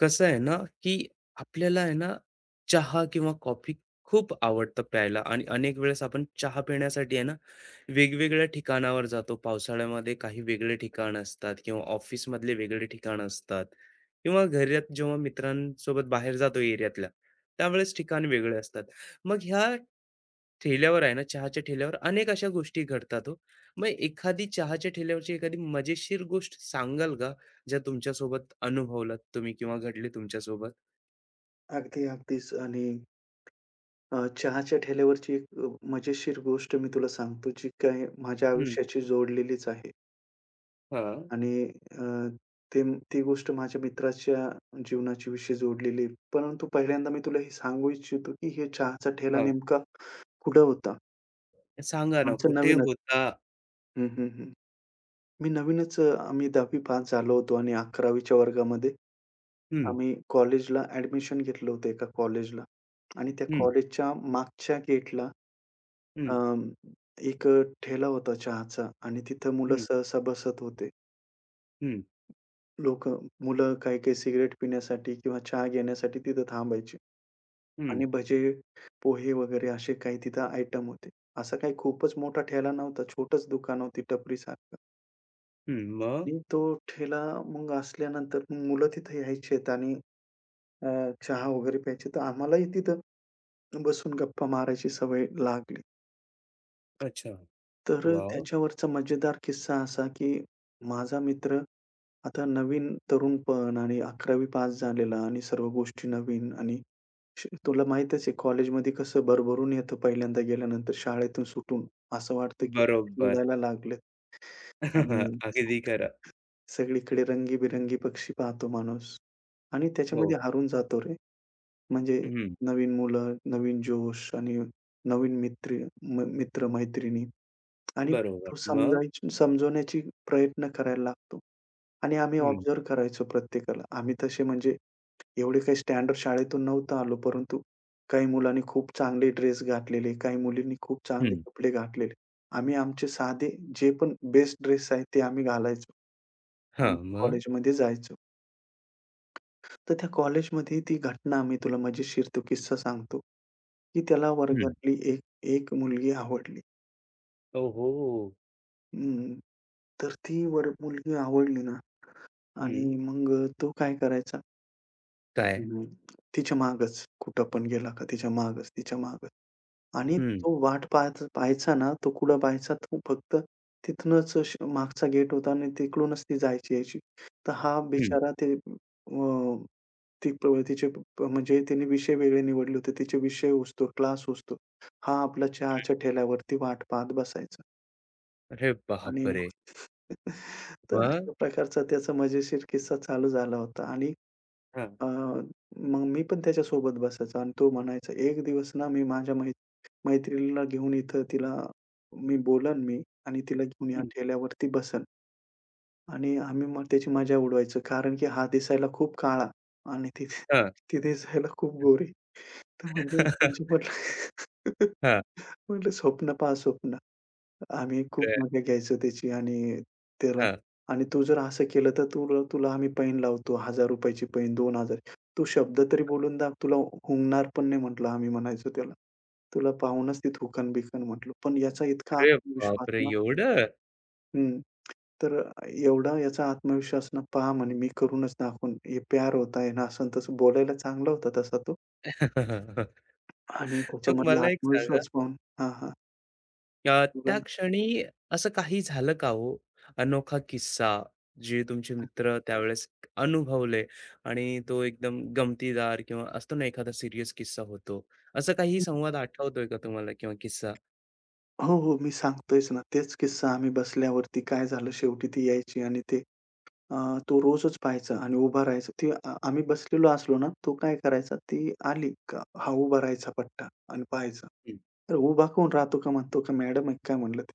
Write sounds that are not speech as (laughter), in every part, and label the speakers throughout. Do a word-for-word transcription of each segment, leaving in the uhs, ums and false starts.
Speaker 1: कसं आहे ना, की आपल्याला आहे ना, चहा किंवा कॉफी खूप आवडतं प्यायला आणि अनेक वेळेस आपण चहा पिण्यासाठी आहे ना, वेगवेगळ्या ठिकाणावर जातो. पावसाळ्यामध्ये काही वेगळे ठिकाण असतात किंवा ऑफिसमधले वेगळे ठिकाण असतात किंवा घरात जेव्हा मित्रांसोबत बाहेर जातो एरियातल्या, त्यावेळेस ठिकाण वेगळे असतात. मग ह्या ठेल्यावर आहे ना, चहाच्या ठेल्यावर अनेक अशा गोष्टी घडतात हो. मग एखादी चहाच्या ठेल्यावरची एखादी मजेशीर गोष्ट सांगाल का? ज्या तुमच्यासोबत अनुभवलात तुम्ही किंवा घडले तुमच्यासोबत?
Speaker 2: अगदी, अगदीच आणि अ, चहाच्या ठेल्यावरची एक अ, मजेशीर गोष्ट मी तुला सांगतो, जी काही माझ्या
Speaker 1: हं.
Speaker 2: आयुष्याशी जोडलेलीच आहे
Speaker 1: हां,
Speaker 2: आणि अ, ते ती गोष्ट माझ्या मित्राच्या जीवनाच्या विषयी जोडलेली आहे. परंतु पहिल्यांदा मी तुला हे सांगू इच्छितो, की हे चहाचा ठेला
Speaker 1: हां.
Speaker 2: नेमका कुठं होता?
Speaker 1: सांगा ना
Speaker 2: आमचं
Speaker 1: कुठे
Speaker 2: नवीनच
Speaker 1: होता?
Speaker 2: हं, हं, हं. मी नवीनच अ, आम्ही दहावी पास झालो होतो आणि अकरावीच्या वर्गामध्ये
Speaker 1: हं,
Speaker 2: आम्ही कॉलेजला ॲडमिशन घेतलं होतं एका कॉलेजला आणि त्या
Speaker 1: हं,
Speaker 2: कॉलेजच्या मागच्या गेटला
Speaker 1: हं,
Speaker 2: अं, एक ठेला होता चहाचा आणि तिथं मुलं
Speaker 1: हं,
Speaker 2: सहसा बसत होते.
Speaker 1: हं,
Speaker 2: लोकं मुलं काही-काही सिगारेट पिण्यासाठी किंवा चहा घेण्यासाठी तिथं थांबायचे
Speaker 1: हं, हं.
Speaker 2: आणि भजे, पोहे वगैरे असे काही तिथं आयटम होते. असा काही खूपच मोठा ठेला नव्हता. छोटंच दुकान होती टपरीसारखं
Speaker 1: मग?
Speaker 2: आणि तो ठेला मग असल्यानंतर मग मुलं तिथं यायचेत आणि अ, चहा वगैरे प्यायचे. तर आम्हालाही तिथं बसून गप्पा मारायची सवय लागली.
Speaker 1: अच्छा.
Speaker 2: तर अ,
Speaker 1: वॉव!
Speaker 2: त्याच्यावरचा मजेदार किस्सा असा, की माझा मित्र आता नवीन तरुणपण आणि अकरावी पास झालेला आणि सर्व गोष्टी नवीन आणि श तुला माहीतच आहे कॉलेजमध्ये कसं भरभरून येतं पहिल्यांदा गेल्यानंतर शाळेतून सुटून. असं वाटतं की पक्षी
Speaker 1: बरोबर.
Speaker 2: उडायला लागलेत आणि
Speaker 1: (laughs) अगदी खरं.
Speaker 2: सगळीकडे रंगीबेरंगी पक्षी पाहतो माणूस आणि
Speaker 1: हो.
Speaker 2: त्याच्यामध्ये हरून जातो रे. म्हणजे
Speaker 1: हं.
Speaker 2: नवीन मुलं, नवीन जोश आणि नवीन मित्र म मित्र-मैत्रिणी. आणि
Speaker 1: बरोबर.
Speaker 2: तो
Speaker 1: मग?
Speaker 2: समजायची समजवण्याची प्रयत्न करायला लागतो. आणि आम्ही
Speaker 1: हं,
Speaker 2: ऑब्झर्व्ह करायचो प्रत्येकाला. आम्ही तसे म्हणजे एवढे काही स्टँडर्ड शाळेतून नव्हतो आलो, परंतु काही मुलांनी खूप चांगले ड्रेस घातलेले, काही मुलींनी खूप चांगले
Speaker 1: हं.
Speaker 2: कपडे घातलेले. आम्ही आमचे साधे जे पण बेस्ट ड्रेस आहेत ते आम्ही घालायचो आणि
Speaker 1: हां, मग?
Speaker 2: कॉलेजमध्ये जायचो. तर त्या कॉलेजमध्ये ती घटना मी तुला मजेशीर तो किस्सा सांगतो, की त्याला
Speaker 1: हं.
Speaker 2: वर्गातली एक एक मुलगी आवडली.
Speaker 1: ओहो!
Speaker 2: हं. तर ती वर मुलगी आवडली ना आणि
Speaker 1: हं.
Speaker 2: मग तो काय करायचा,
Speaker 1: काय?
Speaker 2: हं. तिच्या मागच. कुठं पण गेला का तिच्या मागच, तिच्या मागच. आणि
Speaker 1: हं,
Speaker 2: तो वाट पाहायचा पाहायचा ना, तो कुठं पाहायचा, तो फक्त तिथूनच श मागचा गेट होता आणि तिकडूनच ती जायची यायची. तर हा
Speaker 1: हं.
Speaker 2: बिचारा ते अ, ती प तिचे प म्हणजे तिने विषय वेगळे निवडले होते. तिचे विषय हुसतो, क्लास हुसतो. हा आपला चहाच्या ठेल्यावरती वाट पाहत बसायचा
Speaker 1: अरे
Speaker 2: आणि
Speaker 1: बापरे!
Speaker 2: (laughs) तर
Speaker 1: मग?
Speaker 2: अशा प्रकारचा त्याचा मजेशीर किस्सा चालू झाला होता आणि
Speaker 1: हां,
Speaker 2: अ, मग मी पण त्याच्यासोबत बसायचा आणि तो म्हणायचा, "एक दिवस ना मी माझ्या मै मैत्रिणीला घेऊन इथं तिला मी बोलेन मी आणि तिला घेऊन या
Speaker 1: हं.
Speaker 2: ठेल्यावरती बसेन." आणि आम्ही मग त्याची मजा उडवायचो. कारण की हा दिसायला खूप काळा आणि ती
Speaker 1: हां.
Speaker 2: ती दिसायला खूप गोरी. तर म्हणजे त्यांची
Speaker 1: (laughs)
Speaker 2: म्हटलं (laughs)
Speaker 1: हां.
Speaker 2: म्हटलं, "स्वप्न पहा स्वप्न." आम्ही खूप मजा घ्यायचो त्याची आणि त्याला
Speaker 1: अ, हां.
Speaker 2: आणि "तू जर असं केलं तर तुला तुला आम्ही पैन लावतो. ₹एक हजार रुपये ची पैन, दोन हजार तू शब्द तरी बोलून दाख. तुला हुंगणार पण नाही" म्हटलं आम्ही म्हणायचो त्याला. "तुला पाहूनच ती थुंकन-बिकन" म्हटलं. पण याचा इतका
Speaker 1: अरे
Speaker 2: आत्मविश्वास
Speaker 1: बापरे!
Speaker 2: ना
Speaker 1: एवढं?
Speaker 2: हं. तर एवढा याचा आत्मविश्वास ना, "पहा," म्हणे, "मी करूनच दाखवून. हे प्यार होता है ना." असं तसं बोलायला चांगला होता तसा तो
Speaker 1: (laughs)
Speaker 2: आणि
Speaker 1: मग
Speaker 2: त्याच्यामधला
Speaker 1: मला एक सांगा,
Speaker 2: आत्मविश्वास पाहून हां, हां.
Speaker 1: अ,
Speaker 2: बोला
Speaker 1: त्या क्षणी असं काही झालं का हो? अनोखा किस्सा, जे तुमचे
Speaker 2: ना.
Speaker 1: मित्र त्यावेळेस अनुभवले आणि तो एकदम गमतीदार किंवा असतो ना एखादा सीरियस किस्सा होतो. असं काही संवाद आठवतोय का तुम्हाला किंवा किस्सा?
Speaker 2: हो, हो. मी सांगतोयच ना. तेच किस्सा आम्ही बसल्यावरती काय झालं शेवटी ती यायची आणि ते अ, तो रोजच पाहायचा आणि उभा राहायचा. ती आ आम्ही बसलेलो असलो ना, तो काय करायचा, ती आली का हा उभा राहायचा पट्टा आणि पाहायचा.
Speaker 1: हं,
Speaker 2: "अरे उभा काहून राहतो?" का म्हणतो का, "मॅडम आहे काय?" म्हणलं ते.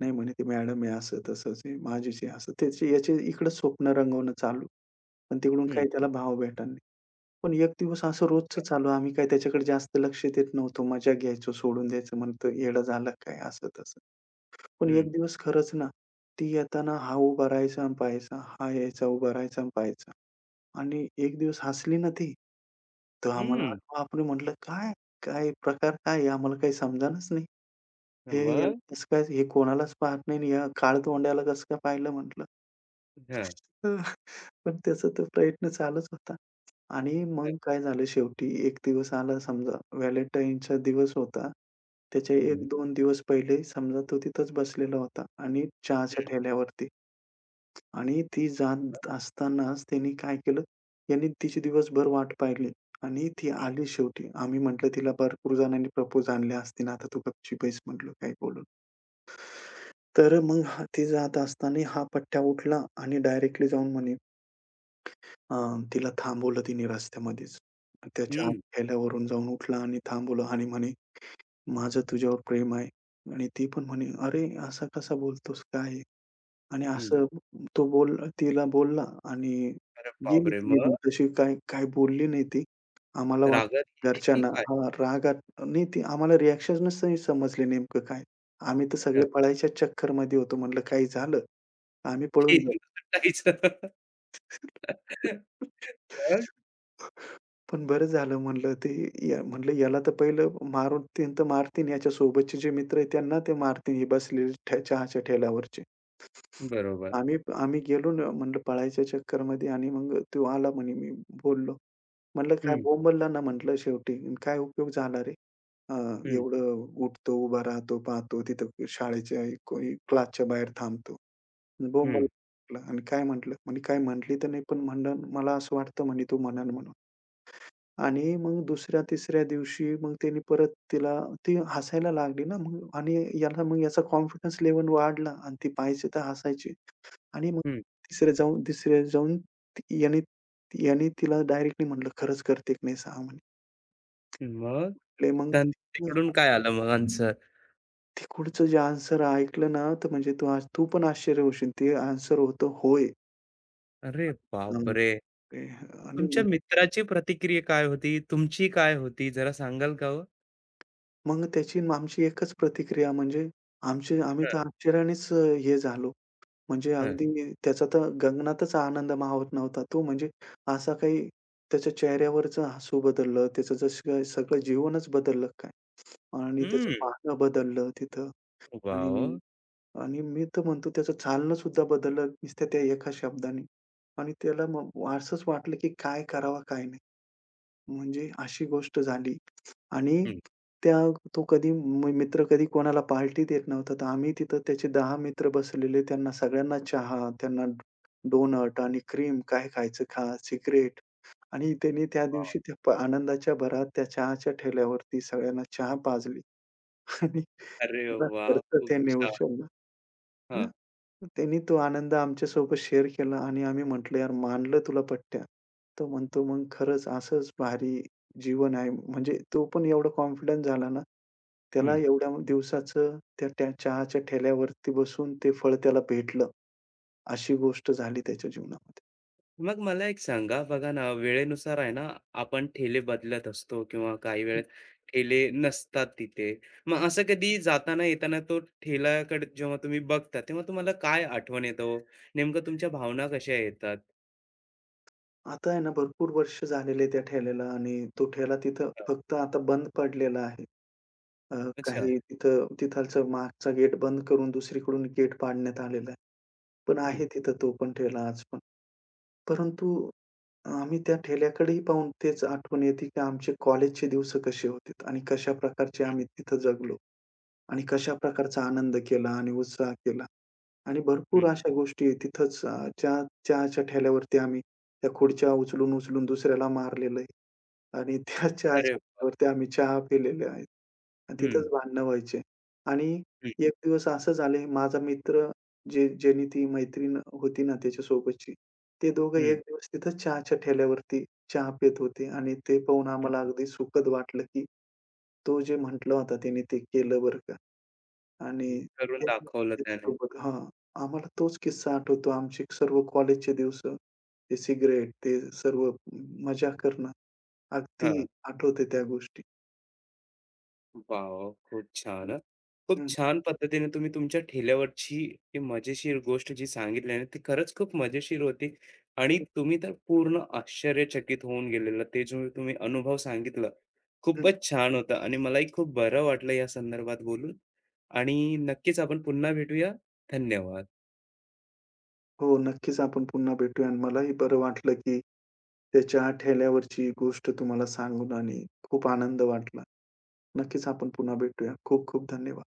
Speaker 2: नाही म्हणे, "ती मॅडम आहे, असं तसंच आहे, माझीच आहे." असं त्याचे याचे इकडं स्वप्न रंगवणं चालू. पण तिकडून
Speaker 1: हं,
Speaker 2: काही त्याला भाव भेटला नाही. पण एक दिवस असं रोजचं
Speaker 1: हं,
Speaker 2: चालू. आम्ही काही त्याच्याकडे जास्त लक्ष देत नव्हतो. मजा घ्यायचो, सोडून द्यायचं. म्हणतो, "येडा झाला काय?" असं तसं. पण
Speaker 1: हं,
Speaker 2: एक दिवस खरंच ना, ती येताना हा उभा राहायचा आणि पहायचा, हा यायचा उभा राहायचा आणि पहायचा. आणि एक दिवस हसली ना ती, तर आम्हाला अरे
Speaker 1: हं.
Speaker 2: बापरे! म्हटलं काय, काय प्रकार काय आहे? आम्हाला काही समजेनाच नाही. हे याला
Speaker 1: मग?
Speaker 2: कसं काय हे कोणालाच पाहत नाही आणि या काळतोंड्याला कसं काय पाहिलं म्हटलं.
Speaker 1: हं,
Speaker 2: (laughs) पण त्याचा तो प्रयत्न चालूच होता. आणि
Speaker 1: हं,
Speaker 2: मग काय झालं शेवटी एक दिवस आला समजा व्हॅलेंटाईनचा दिवस होता. त्याच्या
Speaker 1: हं,
Speaker 2: एक-दोन दिवस पहिले समजा तो तिथंच बसलेला होता आणि चहाच्या ठेल्यावरती. आणि ती
Speaker 1: मग?
Speaker 2: जात असतानाच त्यांनी काय केलं, त्यांनी तिची दिवसभर वाट पाहिली आणि ती आली शेवटी. आम्ही म्हटलं तिला भरपूर जणांनी प्रपोज आणले असतील, आता तू गपची बैस म्हटलं काही बोलू तर मग हा ती जात असताना हा पट्ट्या उठला आणि डायरेक्टली जाऊन म्हणे अ, तिला थांबवलं तिने रस्त्यामध्येच. त्या चहा
Speaker 1: हं,
Speaker 2: ठेल्यावरून जाऊन उठला आणि थांबवलं आणि म्हणे, "माझं तुझ्यावर प्रेम आहे" आणि ती पण म्हणे, "अरे, असा कसा बोलतोस? काय आहे?" आणि
Speaker 1: हं.
Speaker 2: असं तो बोलला तिला बोलला आणि
Speaker 1: अरे
Speaker 2: गेली
Speaker 1: बापरे!
Speaker 2: ती निघून.
Speaker 1: मग
Speaker 2: तशी काही काही बोलली नाही ती. आम्हाला
Speaker 1: रागात
Speaker 2: वाटलं
Speaker 1: गेली की
Speaker 2: घरच्यांना
Speaker 1: काय?
Speaker 2: हां, रागात नाही ती आम्हाला रिएक्शनच नाही समजले नेमकं काय. आम्ही तर
Speaker 1: हं, की
Speaker 2: सगळे पळायच्याच चक्करमध्ये होतो. म्हणलं काही झालं, आम्ही पळून जाऊ.
Speaker 1: (laughs) मग (laughs) मग?
Speaker 2: पण बरं झालं म्हणलं ते या म्हणलं याला तर पहिलं मारून तीन तर मारतीन याच्या सोबतचे जे मित्र आहेत त्यांना ते मारतील हे बसलेले ठे चहाच्या ठेल्यावरचे.
Speaker 1: बरोबर.
Speaker 2: आम्ही आम्ही गेलो ना म्हणलं पळायच्या चक्करमध्ये आणि मग तो आला म्हणे मी बोललो. म्हटलं काय
Speaker 1: हं,
Speaker 2: बोंबलला ना म्हटलं शेवटी अन् काय उपयोग झाला रे? अ,
Speaker 1: हं,
Speaker 2: एवढं उठतो, उभा राहतो, पाहतो तिथं शाळेच्या कोणी क्लासच्या बाहेर थांबतो.
Speaker 1: हं.
Speaker 2: बोंबलला म्हटलं आणि काय म्हटलं? म्हणे "काय म्हटली तर नाही, पण म्हणलं मला असं वाटतं" म्हणे "तू म्हणाल" म्हणून. आणि मग दुसऱ्या-तिसऱ्या दिवशी मग त्याने परत तिला ती हसायला लागली ना मग आणि याला मग याचा कॉन्फिडन्स लेव्हल वाढला आणि ती पाहायची तर हसायची. आणि मग
Speaker 1: हं.
Speaker 2: तिसऱ्या जाऊन तिसऱ्या जाऊन ती- याने याने तिला डायरेक्टली म्हटलं "खरंच करते की नाही सांग?" म्हणे.
Speaker 1: मग
Speaker 2: ले मग
Speaker 1: त्यां
Speaker 2: तिकडं-
Speaker 1: तिकडून काय आलं मग आन्सर?
Speaker 2: तिकडचं जे आन्सर ऐकलं ना, तर म्हणजे तू आज तू पण आश्चर्य होशील. ते आन्सर होतं होय.
Speaker 1: अरे
Speaker 2: अं,
Speaker 1: बापरे!
Speaker 2: ते आणि
Speaker 1: तुमच्या
Speaker 2: मग
Speaker 1: मित्राची प्रतिक्रिया काय होती? तुमची काय होती? जरा सांगाल का हो?
Speaker 2: मग त्याची आणि आमची एकच प्रतिक्रिया म्हणजे आमचे आम्ही
Speaker 1: हं,
Speaker 2: तर आश्चर्यानेच अ, हे झालो. म्हणजे
Speaker 1: हं.
Speaker 2: अगदी त्याचा तर गगनातच आनंद मावत नव्हता. तो म्हणजे असा काही त्याच्या चेहऱ्यावरचं हसू बदललं, त्याचं जसं काय सगळं जीवनच बदललं काय आणि त्याचं
Speaker 1: हं.
Speaker 2: पाहणं बदललं तिथं आणि
Speaker 1: वॉव!
Speaker 2: आणि मी तर म्हणतो त्याचं चालणं सुद्धा बदललं नुसत्या त्या एका शब्दाने. आणि त्याला मग असंच वाटलं, की काय करावं काय नाही. म्हणजे अशी गोष्ट झाली आणि
Speaker 1: हं.
Speaker 2: त्या तो कधी मि मित्र कधी कोणाला पार्टी देत नव्हता. तर आम्ही तिथं त्याचे दहा मित्र बसलेले. त्यांना सगळ्यांना चहा, त्यांना डोनट आणि क्रीम, काय खायचं खा, सिगारेट आणि त्याने त्या
Speaker 1: वॉव!
Speaker 2: दिवशी त्या प आनंदाच्या भरात त्या चहाच्या ठेल्यावरती सगळ्यांना चहा पाजली (laughs) आणि
Speaker 1: अरे
Speaker 2: मला
Speaker 1: वाह!
Speaker 2: खर्च
Speaker 1: खूप
Speaker 2: त्यांनी
Speaker 1: छान.
Speaker 2: उचलला. है ना?
Speaker 1: हां.
Speaker 2: मग त्यांनी तो आनंद आमच्यासोबत शेअर केला आणि आम्ही म्हटलं, "यार मानलं तुला पट्ट्या." तो म्हणतो, "मग खरंच असंच भारी जीवन आहे." म्हणजे तो पण एवढा कॉन्फिडंट झाला ना,
Speaker 1: हं.
Speaker 2: त्याला एवढ्या दिवसाचं त्या त्या चहाच्या ठेल्यावरती बसून ते फळ त्याला भेटलं. अशी गोष्ट झाली त्याच्या जीवनामध्ये.
Speaker 1: मग मला एक सांगा, बघा ना, वेळेनुसार आहे ना, आपण ठेले बदलत असतो किंवा काही
Speaker 2: हं,
Speaker 1: वेळेस ठेले नसतात तिथे. मग असं कधी जाताना येताना तो ठेल्याकडे जेव्हा तुम्ही बघता, तेव्हा तुम्हाला काय आठवण येतं हो? नेमकं तुमच्या भावना कशा येतात?
Speaker 2: आता आहे ना, भरपूर वर्ष झालेले त्या ठेल्याला आणि तो ठेला तिथं
Speaker 1: अच्छा,
Speaker 2: फक्त आता बंद पडलेला आहे. अ,
Speaker 1: अच्छा.
Speaker 2: काही तिथं तिथालचं मागचा गेट बंद करून दुसरीकडून गेट पाडण्यात आलेला आहे. पण
Speaker 1: हं,
Speaker 2: आहे तिथं तो पण ठेला आज पण. परंतु आम्ही त्या ठेल्याकडेही पाहून तेच आठवण येते, की आमचे कॉलेजचे दिवस कसे होते आणि कशा प्रकारचे आम्ही तिथं जगलो आणि कशा प्रकारचा आनंद केला आणि उत्साह केला आणि
Speaker 1: हं.
Speaker 2: भरपूर अशा गोष्टी तिथंच अ, चहा चहाच्या ठेल्यावरती आम्ही त्या खुर्च्या उचलून, उचलून दुसऱ्याला मारलेलं आहे. आणि (laughs) त्या चहाच्या
Speaker 1: अरे वाह!
Speaker 2: कप्पावरती आम्ही चहा पिलेले आहेत आणि
Speaker 1: हं,
Speaker 2: तिथंच भांडणं व्हायचे. आणि
Speaker 1: हं,
Speaker 2: एक दिवस असं झाले, माझा मित्र जे ज्यानी ती मैत्रीण होती ना त्याच्यासोबतची, ते दोघं
Speaker 1: हं,
Speaker 2: एक दिवस तिथंच चहाच्या ठेल्यावरती चहा पीत होते आणि ते पाहून
Speaker 1: हं,
Speaker 2: आम्हाला अगदी सुखद वाटलं, की तो जे म्हटला होता त्याने ते केलं बरं का. आणि
Speaker 1: हं. करून
Speaker 2: ते-
Speaker 1: दाखवलं त्याने.
Speaker 2: त्याच्यासोबत हां, आम्हाला तोच किस्सा आठवतो. आमचे सर्व कॉलेजचे दिवस, ते सिगारेट, ते सर्व मजा करणं. अगदी
Speaker 1: हां.
Speaker 2: आठवते त्या गोष्टी.
Speaker 1: वॉव! खूप छान
Speaker 2: हं.
Speaker 1: हां. खूप छान पद्धतीने तुम्ही तुमच्या ठेल्यावरची ती मजेशीर गोष्ट जी सांगितली आहे ना, ती खरंच खूप मजेशीर होती आणि
Speaker 2: हं,
Speaker 1: तुम्ही तर पूर्ण आश्चर्यचकित होऊन गेलेला. ते जो तुम्ही अनुभव सांगितला,
Speaker 2: हं.
Speaker 1: खूपच छान होता आणि मलाही खूप बरं वाटलं या संदर्भात बोलून आणि नक्कीच आपण पुन्हा भेटूया. धन्यवाद.
Speaker 2: हो, नक्कीच आपण पुन्हा भेटूया आणि मलाही बरं वाटलं, की त्याच्या ठेल्यावरची गोष्ट तुम्हाला सांगून आणि खूप आनंद वाटला. नक्कीच आपण पुन्हा भेटूया. खूप खूप धन्यवाद.